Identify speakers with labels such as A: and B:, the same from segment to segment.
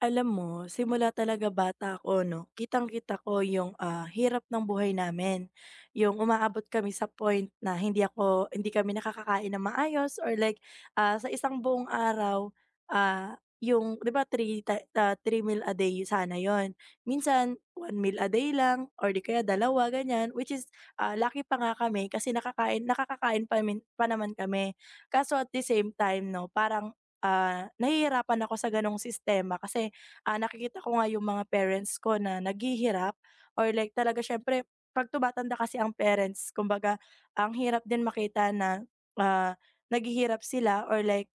A: Alam mo, simula talaga bata ako 'no, kitang-kita ko yung, hirap ng buhay namin. Yung umaabot kami sa point na hindi kami nakakakain na maayos or like, sa isang buong araw, ah, yung 'di ba three ti ah, 3 meal a day sana yun. Minsan one meal a day lang or 'di kaya dalawa ganyan, which is, lucky pa nga kami kasi nakakakain pa naman kami. Kaso at the same time 'no, parang, nahihirapan ako sa gano'ng sistema kasi. Nakikita ko nga yung mga parents ko na naghihirap or like talaga siyempre 'pag tumatanda kasi ang parents kumbaga ang hirap din makita na, ah, naghihirap sila or like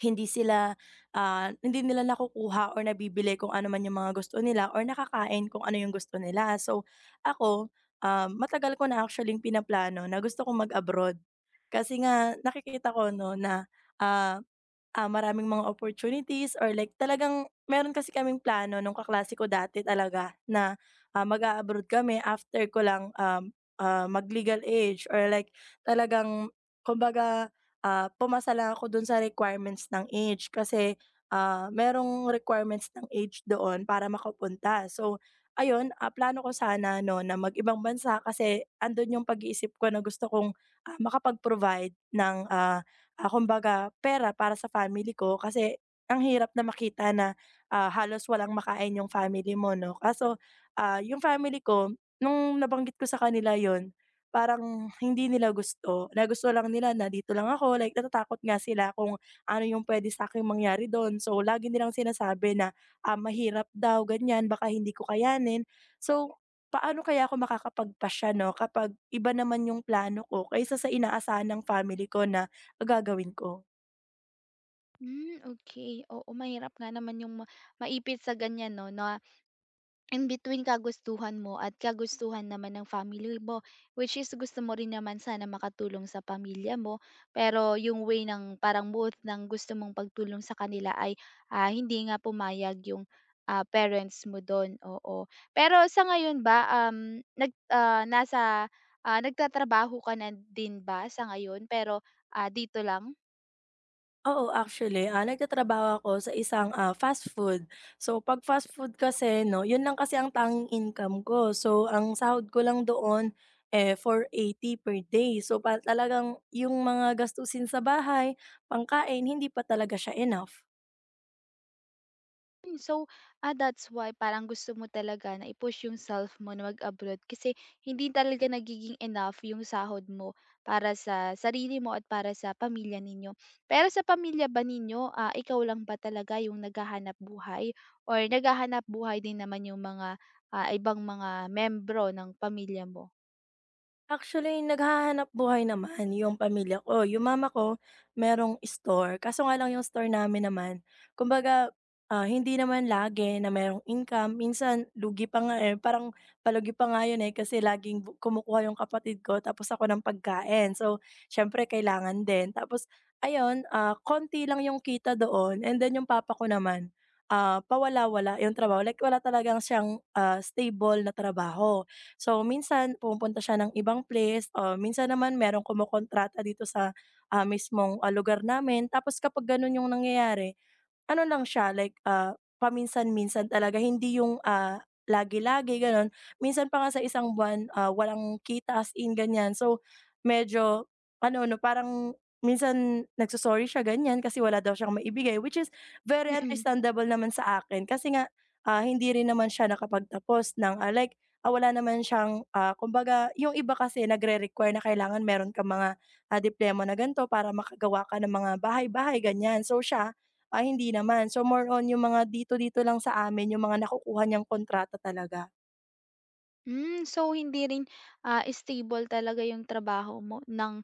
A: hindi sila, hindi nila nakukuha or nabibili kung ano man yung mga gusto nila or nakakain kung ano yung gusto nila. So ako, matagal ko na actually yung pinaplano na gusto kong mag-abroad. Kasi nga nakikita ko 'no na, ah maraming mga opportunities or like talagang meron kasi kaming plano nung kaklase ko dati talaga na, mag-a-abroad kami after ko lang, mag-legal age or like talagang kumbaga, pumasa lang ako dun sa requirements ng age kasi, merong requirements ng age doon para makapunta. So ayun, plano ko sana 'no na mag-ibang bansa kasi andun yung pag-iisip ko na gusto kong, makapag-provide ng, kumbaga pera para sa family ko kasi ang hirap na makita na, halos walang makain yung family mo 'no. Kaso, yung family ko nung nabanggit ko sa kanila yon, parang hindi nila gusto, nagusto lang nila na dito lang ako, like natatakot nga sila kung ano yung pwede sa akin mangyari dun. So, lagi nilang sinasabi na, mahirap daw ganyan, baka hindi ko kayanin. So, paano kaya ako makakapagpasya 'no kapag iba naman yung plano ko kaysa sa inaasahan ng family ko na gagawin ko?
B: Hmm, Okay. Oo, mahirap nga naman yung maipit sa ganyan 'no, na in between kagustuhan mo at kagustuhan naman ng family mo, which is gusto mo rin naman sana makatulong sa pamilya mo. Pero yung way ng parang both ng gusto mong pagtulong sa kanila ay, hindi nga pumayag yung, parents mo dun, oo. Pero sa ngayon ba, um, nag ah, nasa, ah, nagtatrabaho ka na din ba sa ngayon pero, dito lang?
A: Oo, actually, nagtatrabaho ako sa isang, fast food. So, 'pag fast food kasi 'no, 'yun lang kasi ang tanging income ko. So, ang sahod ko lang doon, eh, 480 per day. So, pa talagang yung mga gastusin sa bahay, pangkain, hindi pa talaga siya enough.
B: So, that's why parang gusto mo talaga na i-push yung self mo na mag-abroad kasi hindi talaga nagiging enough yung sahod mo para sa sarili mo at para sa pamilya ninyo. Pero sa pamilya ba ninyo, ikaw lang ba talaga yung naghahanap buhay or naghahanap buhay din naman yung mga ibang mga membro ng pamilya mo?
A: Actually, naghahanap buhay naman yung pamilya ko. Yung mama ko merong store, kaso nga lang yung store namin naman kumbaga, hindi naman lagi na merong income. Minsan lugi pa nga, eh, parang palugi pa nga yun, eh, kasi laging kumukuha yung kapatid ko tapos ako ng pagkain. So, siyempre kailangan din. Tapos ayun, konti lang yung kita doon and then yung papa ko naman, pawala-wala yung trabaho, like wala talagang siyang, stable na trabaho. So, minsan pumupunta siya ng ibang place, o minsan naman merong kumukontrata dito sa, mismong, lugar namin. Tapos kapag gano'n yung nangyayari, ano lang siya like, paminsan-minsan talaga hindi yung, lagi-lagi gano'n. Minsan pa nga sa isang buwan, walang kita as in ganyan. So, medyo ano 'no parang minsan nagso siya ganyan kasi wala daw siyang maibigay which is very
B: Mm.
A: understandable naman sa akin kasi nga, hindi rin naman siya nakapagtapos ng, like, wala naman siyang, kumbaga yung iba kasi nagre-require na kailangan meron ka mga, diploma na ganito para makagawa ka ng mga bahay-bahay ganyan. So siya ay hindi naman. So more on yung mga dito-dito lang sa amin yung mga nakukuha niyang kontrata talaga.
B: So hindi rin, stable talaga yung trabaho mo ng,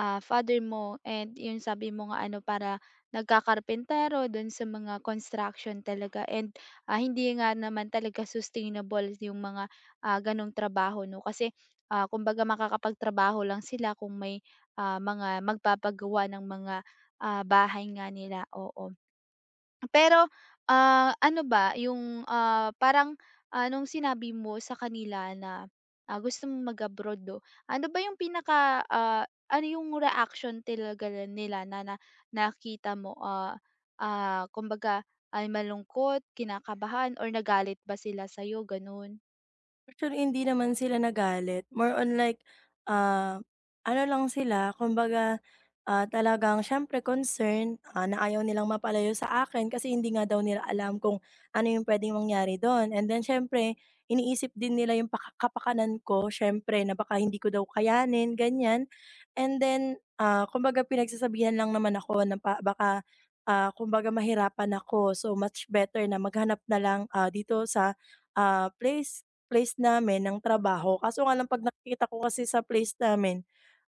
B: father mo and yun sabi mo nga ano para nagkakarpentero dun sa mga construction talaga and, hindi nga naman talaga sustainable yung mga, ganong trabaho 'no. Kasi, kumbaga makakapagtrabaho lang sila kung may, mga magpapagawa ng mga, bahay nga nila, oo. Pero, ano ba yung, parang, nung sinabi mo sa kanila na, gusto mong mag-abroad 'no, ano ba yung pinaka, ano yung reaction talaga nila na na nakita mo, kumbaga ay malungkot, kinakabahan or nagalit ba sila sa iyo gano'n?
A: Actually, hindi naman sila nagalit. More on like, ah, ano lang sila, kumbaga, talagang siyempre concern na ayaw nilang mapalayo sa akin kasi hindi nga daw nila alam kung ano yung puwedeng mangyari do'n. And then siyempre, iniisip din nila yung kapakanan ko siyempre na baka hindi ko daw kayanin, ganyan. And then, kumbaga pinagsasabihan lang naman ako na pa baka, kumbaga mahirapan ako. So, much better na maghanap na lang, dito sa, place place namin ng trabaho kaso nga lang 'pag nakikita ko kasi sa place namin,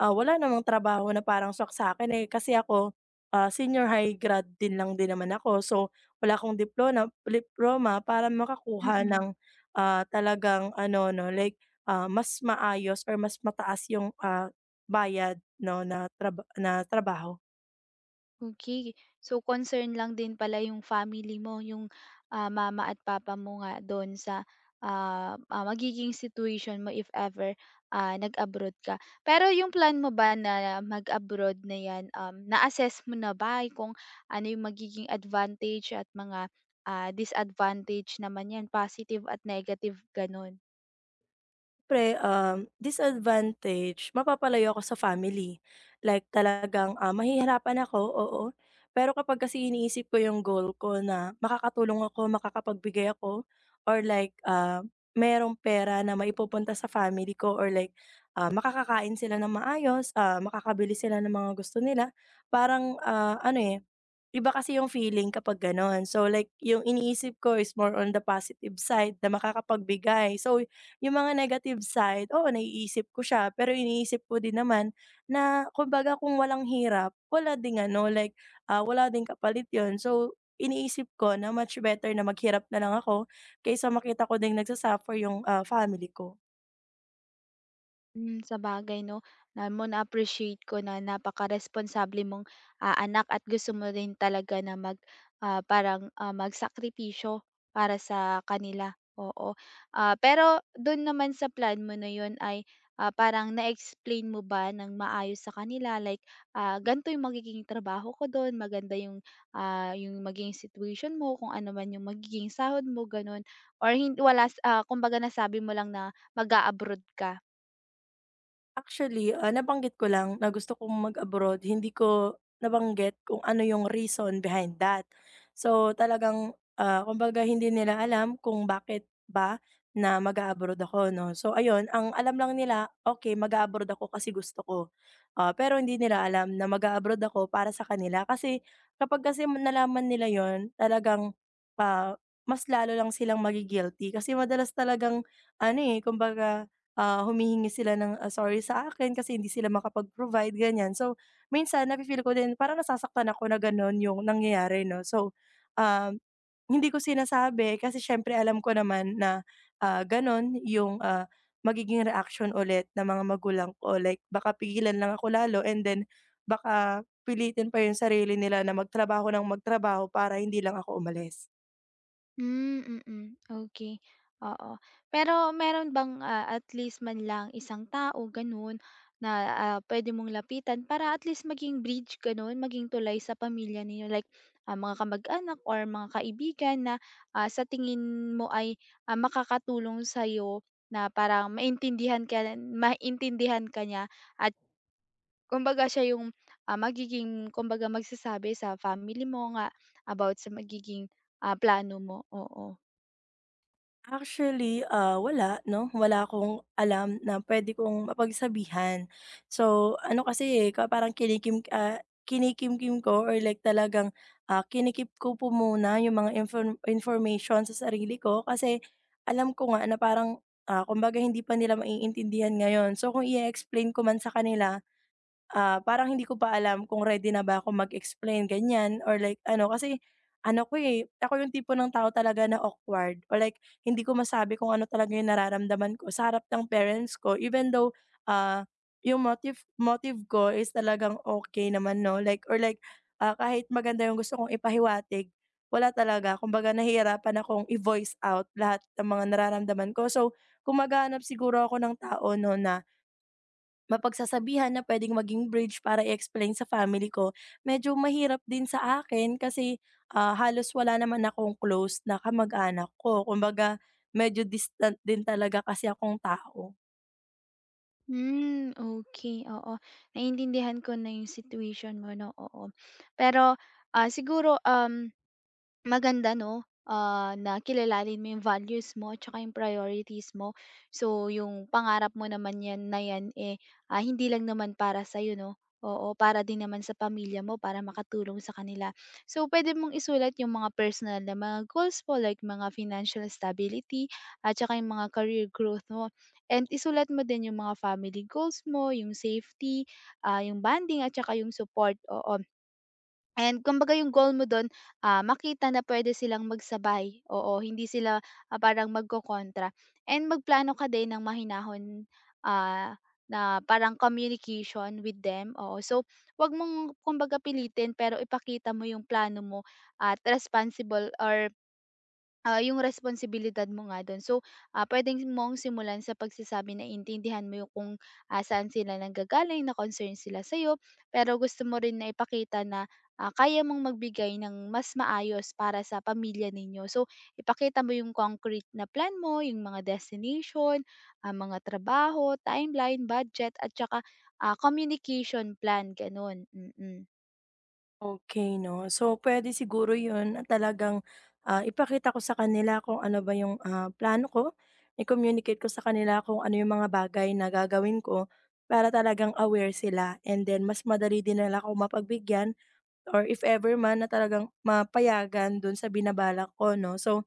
A: wala namang trabaho na parang swak sa'kin, eh, kasi ako, senior high grad din lang din naman ako. So, wala akong diploma para makakuha ng, talagang ano 'no, like, mas maayos or mas mataas yung, bayad 'no na trabaho.
B: Okey. So, concern lang din pala yung family mo, yung, mama at papa mo nga do'n sa, magiging situation mo if ever, nag-abroad ka. Pero yung plan mo ba na mag-abroad na 'yan, na-assess mo na ba kung ano yung magiging advantage at mga, disadvantage naman 'yan, positive at negative, gano'n?
A: Siyempre, disadvantage, mapapalayo ako sa family. Like talagang, mahihirapan ako, oo. Pero kapag kasi iniisip ko yung goal ko na makakatulong ako, makakapagbigay ako or like, merong pera na maipupunta sa family ko or like, makakakain sila ng maayos, makakabili sila ng mga gusto nila, parang, ano, eh, iba kasi yung feeling kapag gano'n. So, like yung iniisip ko is more on the positive side na makakapagbigay. So, yung mga negative side, oo, naiisip ko siya, pero iniisip ko din naman na kumbaga kung walang hirap, wala ding ano, like, wala ding kapalit yon. So, iniisip ko na much better na maghirap na lang ako kaysa makita ko ding nagsasuffer yung, family ko.
B: Sa bagay 'no. Alam mo na-appreciate ko na napaka-responsable mong, anak at gusto mo rin talaga na parang, magsakripisyo para sa kanila, oo. Pero dun naman sa plan mo na yun ay, parang na-explain mo ba ng maayos sa kanila like, ganito yung magiging trabaho ko dun, maganda yung magiging situation mo, kung ano man yung magiging sahod mo, ganun? Or wala, kumbaga nasabi mo lang na mag-a-abroad ka?
A: Actually, nabanggit ko lang na gusto kong mag-abroad, hindi ko nabanggit kung ano yung reason behind that. So, talagang, kumbaga hindi nila alam kung bakit ba na mag abroad ako 'no. So ayun, ang alam lang nila, okay mag abroad ako kasi gusto ko. Pero hindi nila alam na mag abroad ako para sa kanila kasi kapag kasi nalaman nila yon talagang, ah, mas lalo lang silang magigilty kasi madalas talagang ano, eh, kumbaga humihingi sila ng, sorry sa akin kasi hindi sila makapag-provide, ganyan. So, minsan nafi-feel ko din parang nasasaktan ako na gano'n yung nangyayari 'no. So, um, hindi ko sinasabi kasi siyempre alam ko naman na, gano'n yung, magiging reaction ulit ng mga magulang ko. Like baka pigilan lang ako lalo and then baka pilitin pa yung sarili nila na magtrabaho ng magtrabaho para hindi lang ako umalis.
B: Hmm, mm, okey, oo. Pero meron bang, at least man lang isang tao gano'n na, puwede mong lapitan para at least maging bridge gano'n, maging tulay sa pamilya ninyo like, mga kamag-anak or mga kaibigan na, sa tingin mo ay, makakatulong sa'yo na parang maintindihan ka niya at kumbaga siya yung, magiging kumbaga magsasabi sa family mo nga about sa magiging, plano mo, oo.
A: Actually, wala 'no, wala akong alam na pwede kong mapagsabihan. So, ano kasi, eh, parang kinikimkim ko or like talagang, kinikip ko po muna yung mga information sa sarili ko kasi alam ko nga na parang, kumbaga hindi pa nila maiintindihan ngayon. So, kung i explain ko man sa kanila. Parang hindi ko pa alam kung ready na ba ako mag-explain, ganyan or like ano, kasi ano ko, eh, ako yung tipo ng tao talaga na awkward or like hindi ko masabi kung ano talaga yung nararamdaman ko sa harap ng parents ko even though, ah, yung motive motive ko is talagang okay naman 'no, like or like, kahit maganda yung gusto kong ipahiwatig, wala talaga. Kumbaga nahihirapan akong i-voice out lahat ng mga nararamdaman ko. So, kung maghahanap siguro ako ng tao 'no na mapagsasabihan na puwedeng maging bridge para i-explain sa family ko, medyo mahirap din sa akin kasi, halos wala naman akong close na kamag-anak ko. Kumbaga medyo distant din talaga kasi akong tao.
B: Hmm, Okay. Oo. Naiintindihan ko na yung situation mo 'no, oo. Pero, siguro, Maganda 'no, na kilalanin mo yung values mo tsaka yung priorities mo. So, yung pangarap mo naman 'yan na 'yan, eh, hindi lang naman para sa'yo 'no, oo, para din naman sa pamilya mo, para makatulong sa kanila. So, pwede mong isulat yung mga personal na mga goals mo like mga financial stability at tsaka yung mga career growth mo and isulat mo din yung mga family goals mo, yung safety, yung bonding at tsaka yung support, oo. And kumbaga yung goal mo dun, makita na pwede silang magsabay, oo, hindi sila, parang magkokontra. And magplano ka din ng mahinahon, ah, na parang communication with them, oo. So, 'wag mong kumbaga pilitin pero ipakita mo yung plano mo at responsible or yung responsibilidad mo nga dun. So, puwedeng mong simulan sa pagsasabi na intindihan mo yung kung, saan sila nanggagaling, na concern sila sa'yo, pero gusto mo rin na ipakita na, kaya mong magbigay ng mas maayos para sa pamilya ninyo. So, ipakita mo yung concrete na plan mo, yung mga destination, mga trabaho, timeline, budget, at tsaka, communication plan, gano'n. Mm. Mm.
A: Okay 'no. So, pwede siguro 'yun at talagang, ipakita ko sa kanila kung ano ba 'yung, plano ko, i-communicate ko sa kanila kung ano 'yung mga bagay na gagawin ko para talagang aware sila and then mas madali din nila ako mapagbigyan. Or if ever man na talagang mapayagan dun sa binabalak ko 'no. So,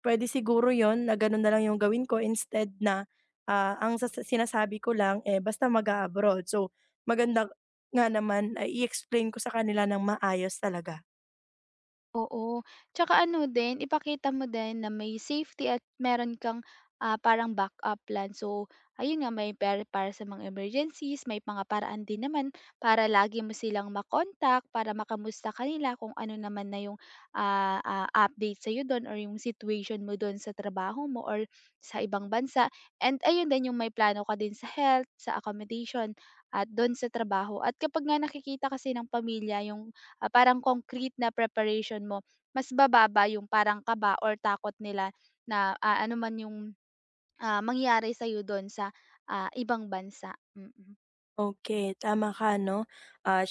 A: puwede siguro yon na ganun na lang yung gawin ko instead na, ang sinasabi ko lang, eh, basta mag abroad. So, maganda nga naman ay i-explain ko sa kanila ng maayos talaga.
B: Oo, tsaka ano din ipakita mo din na may safety at meron kang, parang backup plan. So, ayun nga may pera para sa mga emergencies, may mga paraan din naman para lagi mo silang para makamusta kanila kung ano naman na yung, update sa'yo dun or yung situation mo dun sa trabaho mo or sa ibang bansa. And ayun din yung may plano ka din sa health, sa accommodation at dun sa trabaho at kapag nga nakikita kasi ng pamilya yung parang concrete na preparation mo, mas bababa yung parang kaba or takot nila na, ano man yung, mangyari sa'yo do'n sa, ibang bansa, mm.
A: Okey, tama ka 'no. Ah,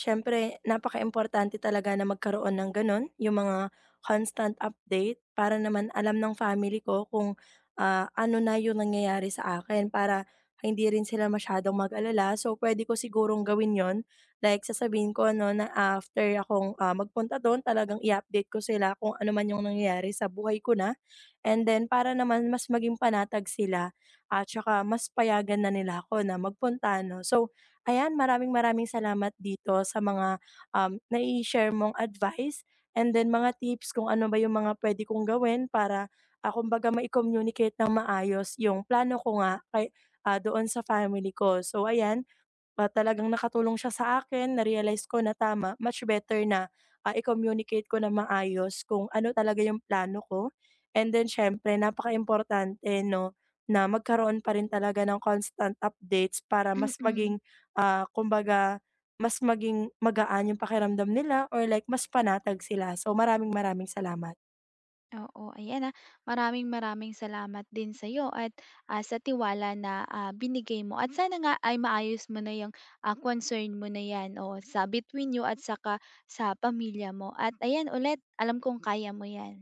A: Napaka importante talaga na magkaroon ng gano'n, yung mga constant update para naman alam ng family ko kung, ano na yung nangyayari sa akin para hindi rin sila masyadong mag-alala. So, pwede ko sigurong gawin 'yon, like sasabihin ko 'no na after akong, magpunta do'n talagang i-update ko sila kung ano man yung nangyayari sa buhay ko na. And then para naman mas maging panatag sila at saka mas payagan na nila ako na magpunta 'no. So, ayan, maraming maraming salamat dito sa mga, nai-share mong advice and then mga tips kung ano ba yung mga puwede kong gawin para, kumbaga mai-communicate ng maayos yung plano ko nga doon sa family ko. So ayan, talagang nakatulong siya sa akin, na-realize ko na tama, much better na, i-communicate ko na maayos kung ano talaga yung plano ko. And then napaka importante 'no, na magkaroon pa rin talaga ng constant updates para mas
B: Mm,
A: maging, kumbaga mas maging magaan yung pakiramdam nila or like mas panatag sila. So, maraming maraming salamat.
B: oo, ayan, maraming-maraming salamat din sa'yo at, sa tiwala na, binigay mo at sana nga ay maayos mo na yung, concern mo na 'yan, oo, sa between you at saka sa pamilya mo at ayan ulit, alam kong kaya mo 'yan.